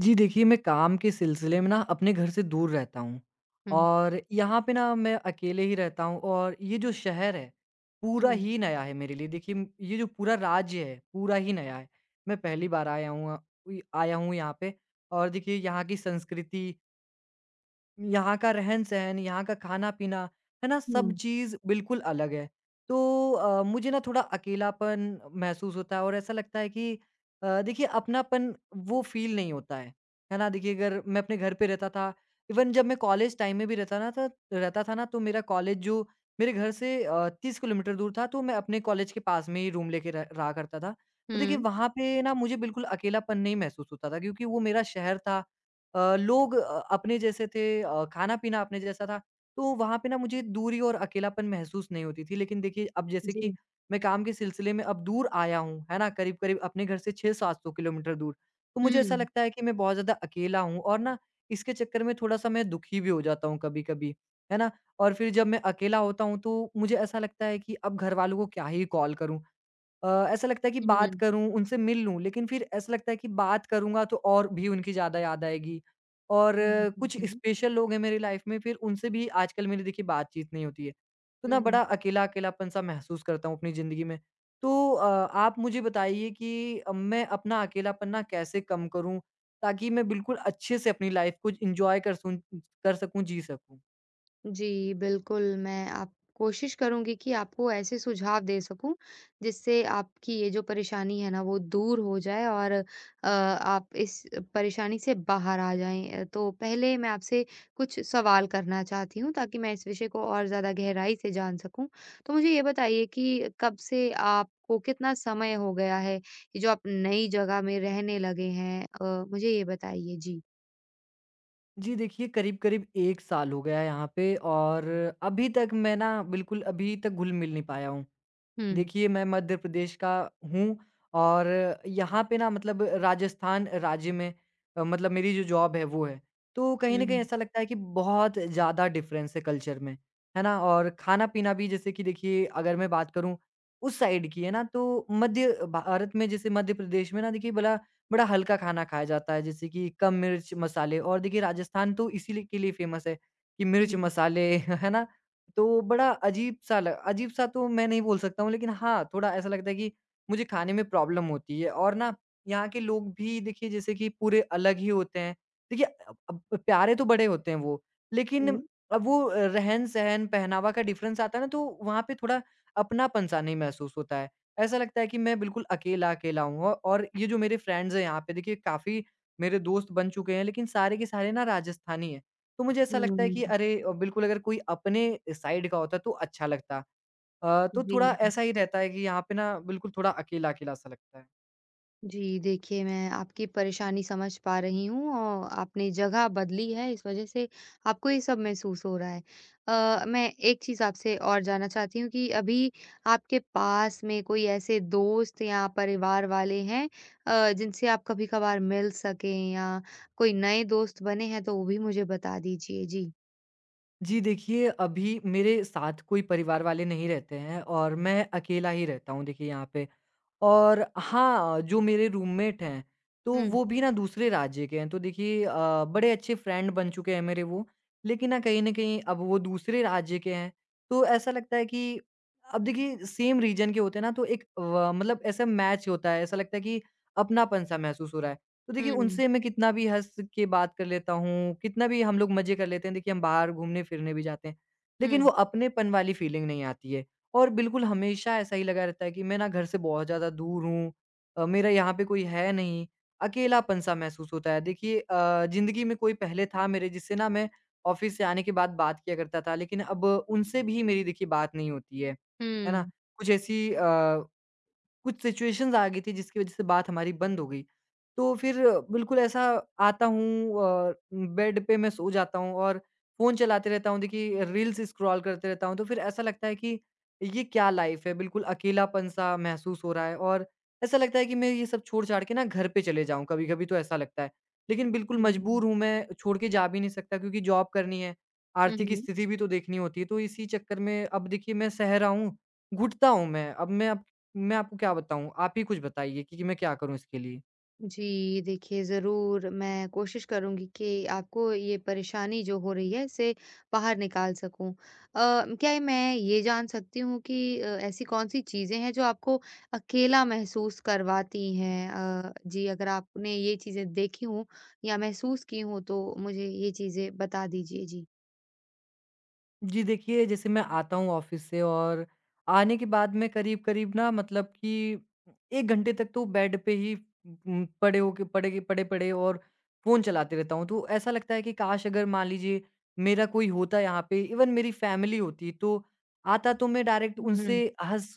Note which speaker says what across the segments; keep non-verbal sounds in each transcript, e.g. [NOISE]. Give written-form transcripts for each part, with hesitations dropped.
Speaker 1: जी देखिए, मैं काम के सिलसिले में ना अपने घर से दूर रहता हूँ
Speaker 2: हुँ,
Speaker 1: और यहाँ पे ना मैं अकेले ही रहता हूँ और ये जो शहर है, पूरा
Speaker 2: हुँ,
Speaker 1: ही नया है मेरे लिए। देखिए म ये जो पूरा राज्य है, पूरा ही नया है। मैं पहली बार आया हूँ कोई आया हूँ यहाँ पे और देखिए यहाँ की संस्कृति यहाँ का रहन-सहन, यहाँ का खाना-पीना, है ना? सब
Speaker 2: हुँ,
Speaker 1: चीज़ बिल्कुल अलग है। तो मुझे ना थोड़ा अकेलापन महसूस होता है और ऐसा लगता है कि देखिए अपनापन वो फ़ील नहीं होता है। है ना? देखिए अगर मैं अपने घर पे रहता था, इवन जब मैं कॉलेज टाइम में भी रहता था ना तो मेरा कॉलेज जो मेरे घर से 30 किलोमीटर दूर था तो मैं अपने कॉलेज के पास में ही रूम लेके रह रहा करता था। तो देखिए
Speaker 2: हुँ,
Speaker 1: वहाँ पे ना मुझे बिल्कुल अकेलापन नहीं महसूस होता था क्योंकि वो मेरा शहर था लोग अपने जैसे थे खाना-पीना अपने जैसा था, तो वहाँ पे ना मुझे दूरी और अकेलापन महसूस नहीं होती थी। लेकिन देखिए, अब जैसे कि
Speaker 2: जी,
Speaker 1: मैं काम के सिलसिले में अब दूर आया हूँ, है ना? करीब-करीब अपने घर से 600-700 किलोमीटर दूर, तो मुझे
Speaker 2: हुँ,
Speaker 1: ऐसा
Speaker 2: हुँ,
Speaker 1: लगता है कि मैं बहुत ज़्यादा अकेला हूँ और ना इसके चक्कर में थोड़ा-सा मैं दुखी भी हो जाता हूँ कभी-कभी, है ना? और फिर जब मैं अकेला होता हूँ, तो मुझे ऐसा लगता है कि अब घरवालों को क्या ही कॉल करूँ? ऐसा लगता है कि बात
Speaker 2: हुँ,
Speaker 1: करूँ, उनसे मिल लूँ, लेकिन फिर ऐसा लगता है कि बात करूँगा तो और भी उनकी ज़्यादा याद आएगी। और
Speaker 2: हुँ,
Speaker 1: कुछ
Speaker 2: हुँ,
Speaker 1: स्पेशल लोग हैं मेरी लाइफ़ में, फिर उनसे भी आजकल मेरी देखिए बातचीत नहीं होती है। तो ना बड़ा
Speaker 2: हुँ।
Speaker 1: अकेला-अकेलापन-सा महसूस करता हूँ अपनी ज़िंदगी में। तो आप मुझे बताइए कि मैं अपना अकेलापन ना कैसे कम करूँ, ताकि मैं बिल्कुल अच्छे से अपनी लाइफ़ को एन्जॉय कर सकूँ?
Speaker 2: जी, बिल्कुल, मैं आप कोशिश करूँगी कि आपको ऐसे सुझाव दे सकूँ, जिससे आपकी ये जो परेशानी है ना, वो दूर हो जाए और आप इस परेशानी से बाहर आ जाएँ। तो पहले मैं आपसे कुछ सवाल करना चाहती हूँ, ताकि मैं इस विषय को और ज़्यादा गहराई से जान सकूँ। तो मुझे ये बताइए कि कब से आपको कितना समय हो गया है, ये जो आप नई जगह में रहने लगे हैं? मुझे ये बताइए। जी।
Speaker 1: जी देखिए, करीब-करीब 1 साल हो गया है यहाँ पे और अभी तक मैं ना बिल्कुल अभी तक घुल-मिल नहीं पाया हूँ।
Speaker 2: हुँ।
Speaker 1: देखिए, मैं मध्य प्रदेश का हूँ और यहाँ पे ना मतलब राजस्थान राज्य में मतलब मेरी जो जॉब है वो है। तो कहीं न कहीं
Speaker 2: हुँ,
Speaker 1: ऐसा लगता है कि बहुत ज़्यादा डिफ़रेंस है कल्चर में, है ना? और खाना-पीना भी जैसे कि देखिए अगर मैं बात करूँ उस साइड की है ना तो मध्य भारत में जैसे मध्य प्रदेश में ना देखिए बड़ा बड़ा हल्का खाना खाया जाता है जैसे कि कम मिर्च, मसाले और देखिए राजस्थान तो इसीलिए के लिए फ़ेमस है कि मिर्च,
Speaker 2: हुँ,
Speaker 1: मसाले [LAUGHS] है ना? तो बड़ा अजीब-सा तो मैं नहीं बोल सकता हूँ, लेकिन हाँ, थोड़ा ऐसा लगता है कि मुझे खाने में प्रॉब्लम होती है और ना यहाँ के लोग भी देखिए जैसे कि पूरे अलग ही होते हैं। देखिए अब प्यारे तो बड़े होते हैं वो, लेकिन
Speaker 2: हुँ,
Speaker 1: अब वो रहन-सहन, पहनावा का डिफ़रेंस आता है ना तो वहाँ पे थोड़ा अपनापन-सा नहीं महसूस होता है। ऐसा लगता है कि मैं बिल्कुल अकेला-अकेला हूँ औ और ये जो मेरे फ्रेंड्स हैं यहाँ पे देखिए काफ़ी मेरे दोस्त बन चुके हैं, लेकिन सारे के सारे ना राजस्थानी हैं। तो मुझे ऐसा लगता है
Speaker 2: हुँ,
Speaker 1: कि अरे बिल्कुल अगर कोई अपने साइड का होता तो अच्छा लगता। तो
Speaker 2: जी।
Speaker 1: थोड़ा ऐसा ही रहता है कि यहाँ पे ना बिल्कुल थोड़ा अकेला-अकेला सा लगता है।
Speaker 2: जी, देखिए मैं आपकी परेशानी समझ पा रही हूँ और आपने जगह बदली है इस वज़ह से आपको ये सब महसूस हो रहा है। मैं एक चीज़ आपसे और जानना चाहती हूँ कि अभी आपके पास में कोई ऐसे दोस्त या परिवार वाले हैं जिनसे आप कभी-कभार मिल सकें या कोई नए दोस्त बने हैं तो वो भी मुझे बता दीजिए? जी।
Speaker 1: जी देखिए, अभी मेरे साथ कोई परिवार वाले नहीं रहते हैं और मैं अकेला ही रहता हूँ देखिए यहाँ पे। और हाँ, जो मेरे रूममेट हैं, तो
Speaker 2: हुँ,
Speaker 1: वो भी ना दूसरे राज्य के हैं। तो देखिए बड़े अच्छे फ्रेंड बन चुके हैं मेरे वो, लेकिन ना कहीं न कहीं अब वो दूसरे राज्य के हैं, तो ऐसा लगता है कि अब देखिए सेम रीजन के होते हैं ना तो एक व मतलब ऐसा मैच होता है, ऐसा लगता है कि अपनापन-सा महसूस हो रहा है। तो देखिए
Speaker 2: हुँ, हुँ।
Speaker 1: उनसे मैं कितना भी हँस के बात कर लेता हूँ, कितना भी हम लोग मज़े कर लेते हैं, देखिए हम बाहर घूमने-फिरने भी जाते हैं, लेकिन वो अपनेपन वाली फीलिंग नहीं आती है। और बिल्कुल हमेशा ऐसा ही लगा रहता है कि मैं ना घर से बहुत ज़्यादा दूर हूँ मेरा यहाँ पे कोई है नहीं, अकेलापन-सा महसूस होता है। देखिए ज़िंदगी में कोई पहले था मेरे जिससे ना मैं ऑफ़िस से आने के बाद बात किया करता था, लेकिन अब उनसे भी मेरी देखिए बात नहीं होती है ना?
Speaker 2: हुँ।
Speaker 1: कुछ ऐसी अ कुछ सिचुएशंस आ गई थी जिसकी वज़ह से बात हमारी बंद हो गई। तो फिर बिल्कुल ऐसा आता हूँ अ, बेड पे मैं सो जाता हूँ और फ़ोन चलाते रहता हूँ, देखिए रील्स स्क्रॉल करते रहता हूँ, तो फिर ऐसा लगता है कि ये क्या लाइफ़ है? बिल्कुल अकेलापन-सा महसूस हो रहा है और ऐसा लगता है कि मैं ये सब छोड़-छाड़ के ना घर पे चले जाऊँ, कभी-कभी तो ऐसा लगता है। लेकिन बिल्कुल मजबूर हूँ मैं, छोड़ के जा भी नहीं सकता क्योंकि जॉब करनी है,
Speaker 2: हुँ,
Speaker 1: आर्थिक
Speaker 2: हुँ।
Speaker 1: स्थिति भी तो देखनी होती है, तो इसी चक्कर में अब देखिए मैं सह रहा हूँ, घुटता हूँ मैं। अब मैं आपको क्या बताऊँ? आप ही कुछ बताइए कि मैं क्या करूँ इसके लिए?
Speaker 2: जी, देखिए ज़रूर मैं कोशिश करूँगी कि आपको ये परेशानी जो हो रही है इससे बाहर निकाल सकूँ। क्या ये मैं ये जान सकती हूँ कि ऐसी कौन-सी चीज़ें हैं जो आपको अकेला महसूस करवाती हैं? जी, अगर आपने ये चीज़ें देखी हों या महसूस की हों तो मुझे ये चीज़ें बता दीजिए? जी।
Speaker 1: जी देखिए, जैसे मैं आता हूँ ऑफ़िस से और आने के बाद मैं करीब-करीब ना मतलब कि 1 घंटे तक तो बेड पे ही पड़े पड़े-पड़े और फ़ोन चलाते रहता हूँ। तो ऐसा लगता है कि काश अगर मान लीजिए मेरा कोई होता यहाँ पे इवन मेरी फ़ैमिली होती तो आता तो मैं डायरेक्ट
Speaker 2: हुँ,
Speaker 1: उनसे
Speaker 2: हुँ।
Speaker 1: हँस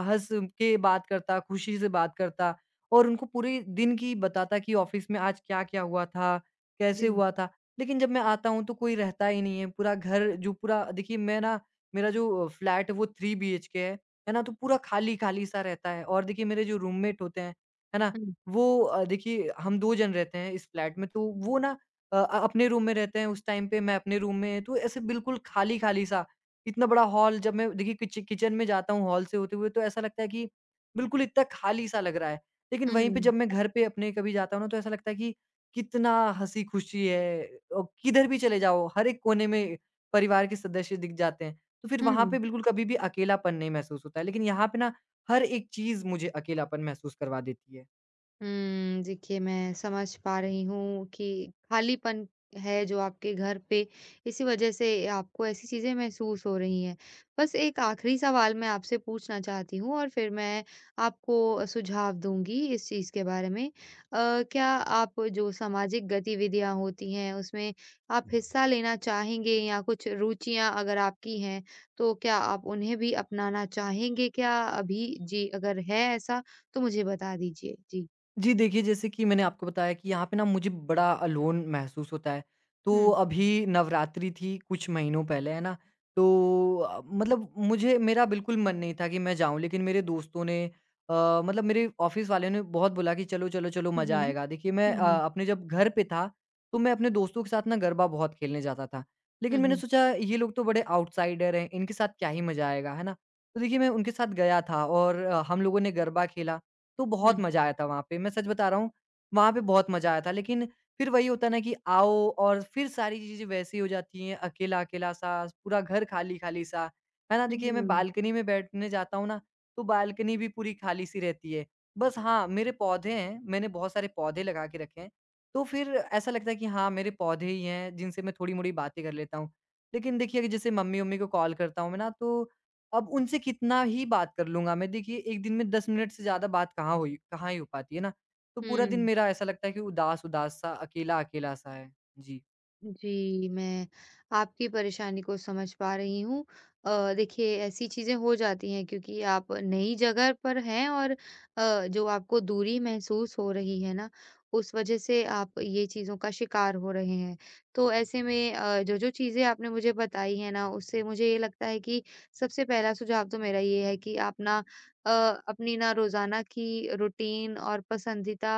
Speaker 1: हँस के बात करता, खुशी से बात करता और उनको पूरे दिन की बताता कि ऑफ़िस में आज क्या-क्या हुआ था, कैसे
Speaker 2: जी।
Speaker 1: हुआ था। लेकिन जब मैं आता हूँ तो कोई रहता ही नहीं है। पूरा घर जो पूरा देखिए मैं ना मेरा जो फ्लैट है वो 3 बीएचके है ना? तो पूरा खाली-खाली सा रहता है और देखिए मेरे जो रूममेट होते हैं, है ना?
Speaker 2: हुँ,
Speaker 1: वो देखिए हम 2 जन रहते हैं इस फ्लैट में तो वो ना अपने रूम में रहते हैं उस टाइम पे मैं अपने रूम में तो ऐसे बिल्कुल खाली-खाली सा इतना बड़ा हॉल जब मैं देखिए किचन में जाता हूँ हॉल से होते हुए तो ऐसा लगता है कि बिल्कुल इतना खाली सा लग रहा है। लेकिन वहीं पे
Speaker 2: हुँ,
Speaker 1: जब मैं घर पे अपने कभी जाता हूँ ना तो ऐसा लगता है कि कितना हँसी-खुशी है औ किधर भी चले जाओ, हर एक कोने में परिवार के सदस्य दिख जाते हैं। तो फिर वहाँ पे
Speaker 2: हुँ।
Speaker 1: बिल्कुल कभी भी अकेलापन नहीं महसूस होता है। लेकिन यहाँ पे ना हर एक चीज़ मुझे अकेलापन महसूस करवा देती है।
Speaker 2: हुँ, देखिए मैं समझ पा रही हूँ कि खालीपन है जो आपके घर पे, इसी वजह से आपको ऐसी चीज़ें महसूस हो रही हैं। बस एक आखिरी सवाल मैं आपसे पूछना चाहती हूँ और फिर मैं आपको सुझाव दूँगी इस चीज़ के बारे में। क्या आप जो सामाजिक गतिविधियाँ होती हैं, उसमें आप हिस्सा लेना चाहेंगे या कुछ रुचियाँ अगर आपकी हैं, तो क्या आप उन्हें भी अपनाना चाहेंगे क्या अभी? जी, अगर है ऐसा, तो मुझे बता दीजिए। जी।
Speaker 1: जी, देखिए जैसे कि मैंने आपको बताया कि यहाँ पे ना मुझे बड़ा अलोन महसूस होता है। तो
Speaker 2: हुँ।
Speaker 1: अभी नवरात्रि थी कुछ महीनों पहले, है ना? तो मतलब मुझे मेरा बिल्कुल मन नहीं था कि मैं जाऊँ लेकिन मेरे दोस्तों ने मतलब मेरे ऑफ़िस वाले ने बहुत बोला कि चलो, चलो, चलो
Speaker 2: हुँ,
Speaker 1: मज़ा
Speaker 2: हुँ।
Speaker 1: आएगा। देखिए मैं
Speaker 2: हुँ, हुँ।
Speaker 1: अपने जब घर पे था तो मैं अपने दोस्तों के साथ ना गरबा बहुत खेलने जाता था।
Speaker 2: हुँ,
Speaker 1: लेकिन मैंने
Speaker 2: हुँ।
Speaker 1: सोचा ये लोग तो बड़े आउटसाइडर हैं, इनके साथ क्या ही मज़ा आएगा, है ना? तो देखिए मैं उनके साथ गया था और हम लोगों ने गरबा खेला। तो बहुत
Speaker 2: हुँ,
Speaker 1: मज़ा आया था वहाँ पे, मैं सच बता रहा हूँ, वहाँ पे बहुत मज़ा आया था। लेकिन फिर वही होता है ना कि आओ और फिर सारी चीज़ें वैसी हो जाती हैं, अकेला-अकेला सा, पूरा घर खाली-खाली सा, है ना? देखिए मैं
Speaker 2: हुँ,
Speaker 1: बालकनी में बैठने जाता हूँ ना, तो बालकनी भी पूरी खाली सी रहती है। बस हाँ, मेरे पौधे हैं, मैंने बहुत सारे पौधे लगा के रखे हैं, तो फिर ऐसा लगता है कि हाँ, मेरे पौधे ही हैं जिनसे मैं थोड़ी-मोड़ी बातें कर लेता हूँ। लेकिन देखिए, अगर जैसे मम्मी-वम्मी को कॉल करता हूँ मैं ना तो अब उनसे कितना ही बात कर लूँगा मैं। देखिए, 1 दिन में 10 मिनट से ज़्यादा बात कहाँ ही हो पाती है ना? तो पूरा दिन
Speaker 2: हुँ।
Speaker 1: मेरा ऐसा लगता है कि उदास-उदास सा, अकेला-अकेला सा है। जी।
Speaker 2: जी, मैं आपकी परेशानी को समझ पा रही हूँ। देखिए ऐसी चीज़ें हो जाती हैं क्योंकि आप नई जगह पर हैं और जो आपको दूरी महसूस हो रही है ना, उस वज़ह से आप ये चीज़ों का शिकार हो रहे हैं। तो ऐसे में जो-जो चीज़ें आपने मुझे बताई हैं ना, उससे मुझे ये लगता है कि सबसे पहला सुझाव तो मेरा ये है कि आप ना अ, अपनी ना रोज़ाना की रूटीन और पसंदीदा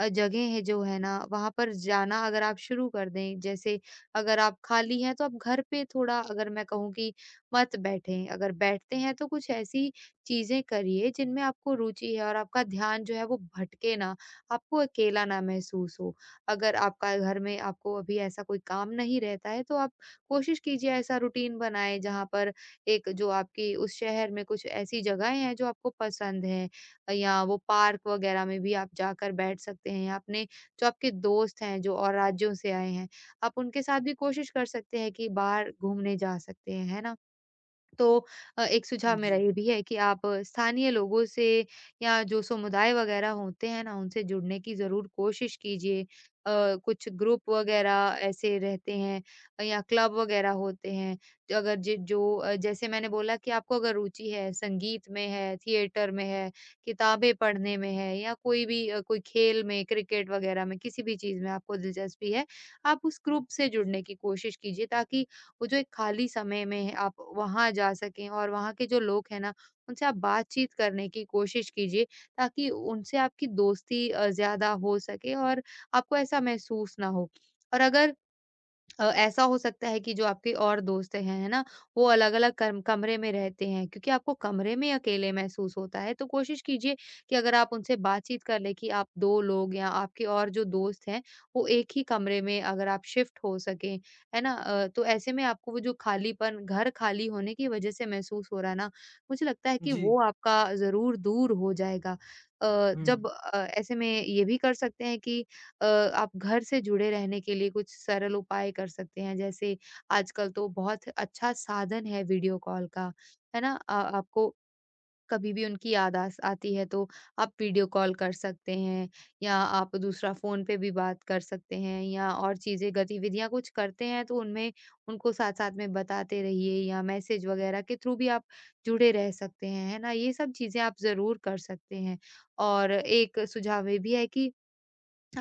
Speaker 2: जगह है जो है ना, वहाँ पर जाना अगर आप शुरू कर दें, जैसे अगर आप खाली हैं तो आप घर पे थोड़ा अगर मैं कहूँ कि मत बैठें, अगर बैठते हैं तो कुछ ऐसी चीज़ें करिए जिनमें आपको रुचि है और आपका ध्यान जो है वो भटके ना, आपको अकेला ना महसूस हो। अगर आपका घर में आपको अभी ऐसा कोई काम नहीं रहता है तो आप कोशिश कीजिए ऐसा रूटीन बनाएँ जहाँ पर एक जो आपकी उस शहर में कुछ ऐसी जगहें हैं जो आपको पसंद हैं। या वो पार्क वगैरह में भी आप जाकर बैठ सकते हैं। आपने जो आपके दोस्त हैं, जो और राज्यों से आए हैं, आप उनके साथ भी कोशिश कर सकते हैं कि बाहर घूमने जा सकते हैं, है ना? तो एक सुझाव मेरा
Speaker 1: जी।
Speaker 2: ये भी है कि आप स्थानीय लोगों से या जो समुदाय वगैरह होते हैं ना, उनसे जुड़ने की ज़रूर कोशिश कीजिए। कुछ ग्रुप वगैरह ऐसे रहते हैं या क्लब वगैरह होते हैं। तो अगर ज जो जैसे मैंने बोला कि आपको अगर रुचि है, संगीत में है, थिएटर में है, किताबें पढ़ने में है या कोई भी कोई खेल में, क्रिकेट वगैरह में, किसी भी चीज़ में आपको दिलचस्पी है, आप उस ग्रुप से जुड़ने की कोशिश कीजिए ताकि वो जो एक खाली समय में है आप वहाँ जा सकें और वहाँ के जो लोग हैं ना उनसे आप बातचीत करने की कोशिश कीजिए ताकि उनसे आपकी दोस्ती ज़्यादा हो सके और आपको ऐसा महसूस ना हो। और अगर ऐसा हो सकता है कि जो आपके और दोस्त हैं, है ना? वो अलग-अलग कम कमरे में रहते हैं क्योंकि आपको कमरे में अकेले महसूस होता है, तो कोशिश कीजिए कि अगर आप उनसे बातचीत कर लें कि आप 2 लोग या आपके और जो दोस्त हैं, वो एक ही कमरे में अगर आप शिफ्ट हो सकें, है ना? तो ऐसे में आपको वो जो खालीपन घर खाली होने की वज़ह से महसूस हो रहा है ना, मुझे लगता है कि
Speaker 1: जी।
Speaker 2: वो आपका ज़रूर दूर हो जाएगा। अ,
Speaker 1: हुँ।
Speaker 2: ऐसे में ये भी कर सकते हैं कि आप घर से जुड़े रहने के लिए कुछ सरल उपाय कर सकते हैं। जैसे आजकल तो बहुत अच्छा साधन है वीडियो कॉल का, है ना? आपको कभी भी उनकी याद आस आती है तो आप वीडियो कॉल कर सकते हैं या आप दूसरा फ़ोन पे भी बात कर सकते हैं या और चीज़ें गतिविधियाँ कुछ करते हैं तो उनमें उनको साथ-साथ में बताते रहिए या मैसेज वग़ैरह के थ्रू भी आप जुड़े रह सकते हैं, है ना? ये सब चीज़ें आप ज़रूर कर सकते हैं। और एक सुझाव ये भी है कि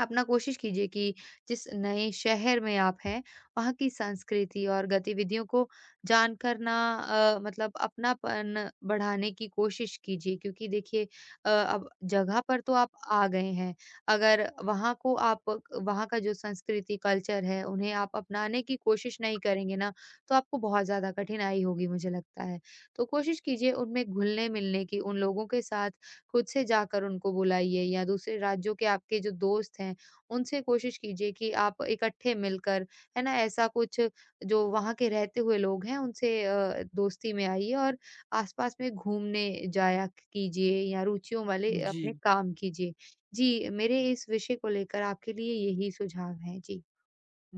Speaker 2: आप ना कोशिश कीजिए कि जिस नए शहर में आप हैं वहाँ की संस्कृति और गतिविधियों को जानकर ना मतलब अपनापन बढ़ाने की कोशिश कीजिए क्योंकि देखिए अब जगह पर तो आप आ गए हैं अगर वहाँ को आप वहाँ का जो संस्कृति कल्चर है उन्हें आप अपनाने की कोशिश नहीं करेंगे ना तो आपको बहुत ज्यादा कठिनाई होगी मुझे लगता है तो कोशिश कीजिए उनमें घुलने मिलने की उन लोगों के साथ खुद से जाकर उनको बुलाइए या दूसरे राज्यों के आपके जो दोस्त हैं, उनसे कोशिश कीजिए कि आप इकट्ठे मिलकर, है ना, ऐसा कुछ जो वहाँ के रहते हुए लोग हैं उनसे दोस्ती में आइए और आस-पास में घूमने जाया कीजिए या रुचियों वाले
Speaker 1: जी।
Speaker 2: अपने काम कीजिए। जी, मेरे इस विषय को लेकर आपके लिए यही सुझाव हैं। जी।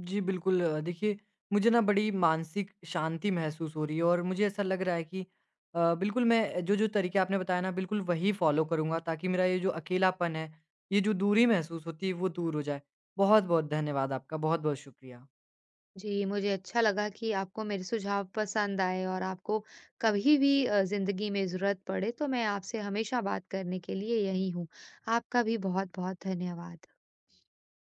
Speaker 1: जी, बिल्कुल देखिए, मुझे ना बड़ी मानसिक शांति महसूस हो रही है और मुझे ऐसा लग रहा है कि बिल्कुल मैं जो-जो तरीके आपने बताया ना, बिल्कुल वही फ़ॉलो करूँगा ताकि मेरा ये जो अकेलापन है, ये जो दूरी महसूस होती है, वो दूर हो जाए। बहुत-बहुत धन्यवाद आपका। बहुत-बहुत शुक्रिया।
Speaker 2: जी, मुझे अच्छा लगा कि आपको मेरे सुझाव पसंद आए और आपको कभी भी ज़िंदगी में ज़रूरत पड़े तो मैं आपसे हमेशा बात करने के लिए यहीं हूँ। आपका भी बहुत-बहुत धन्यवाद।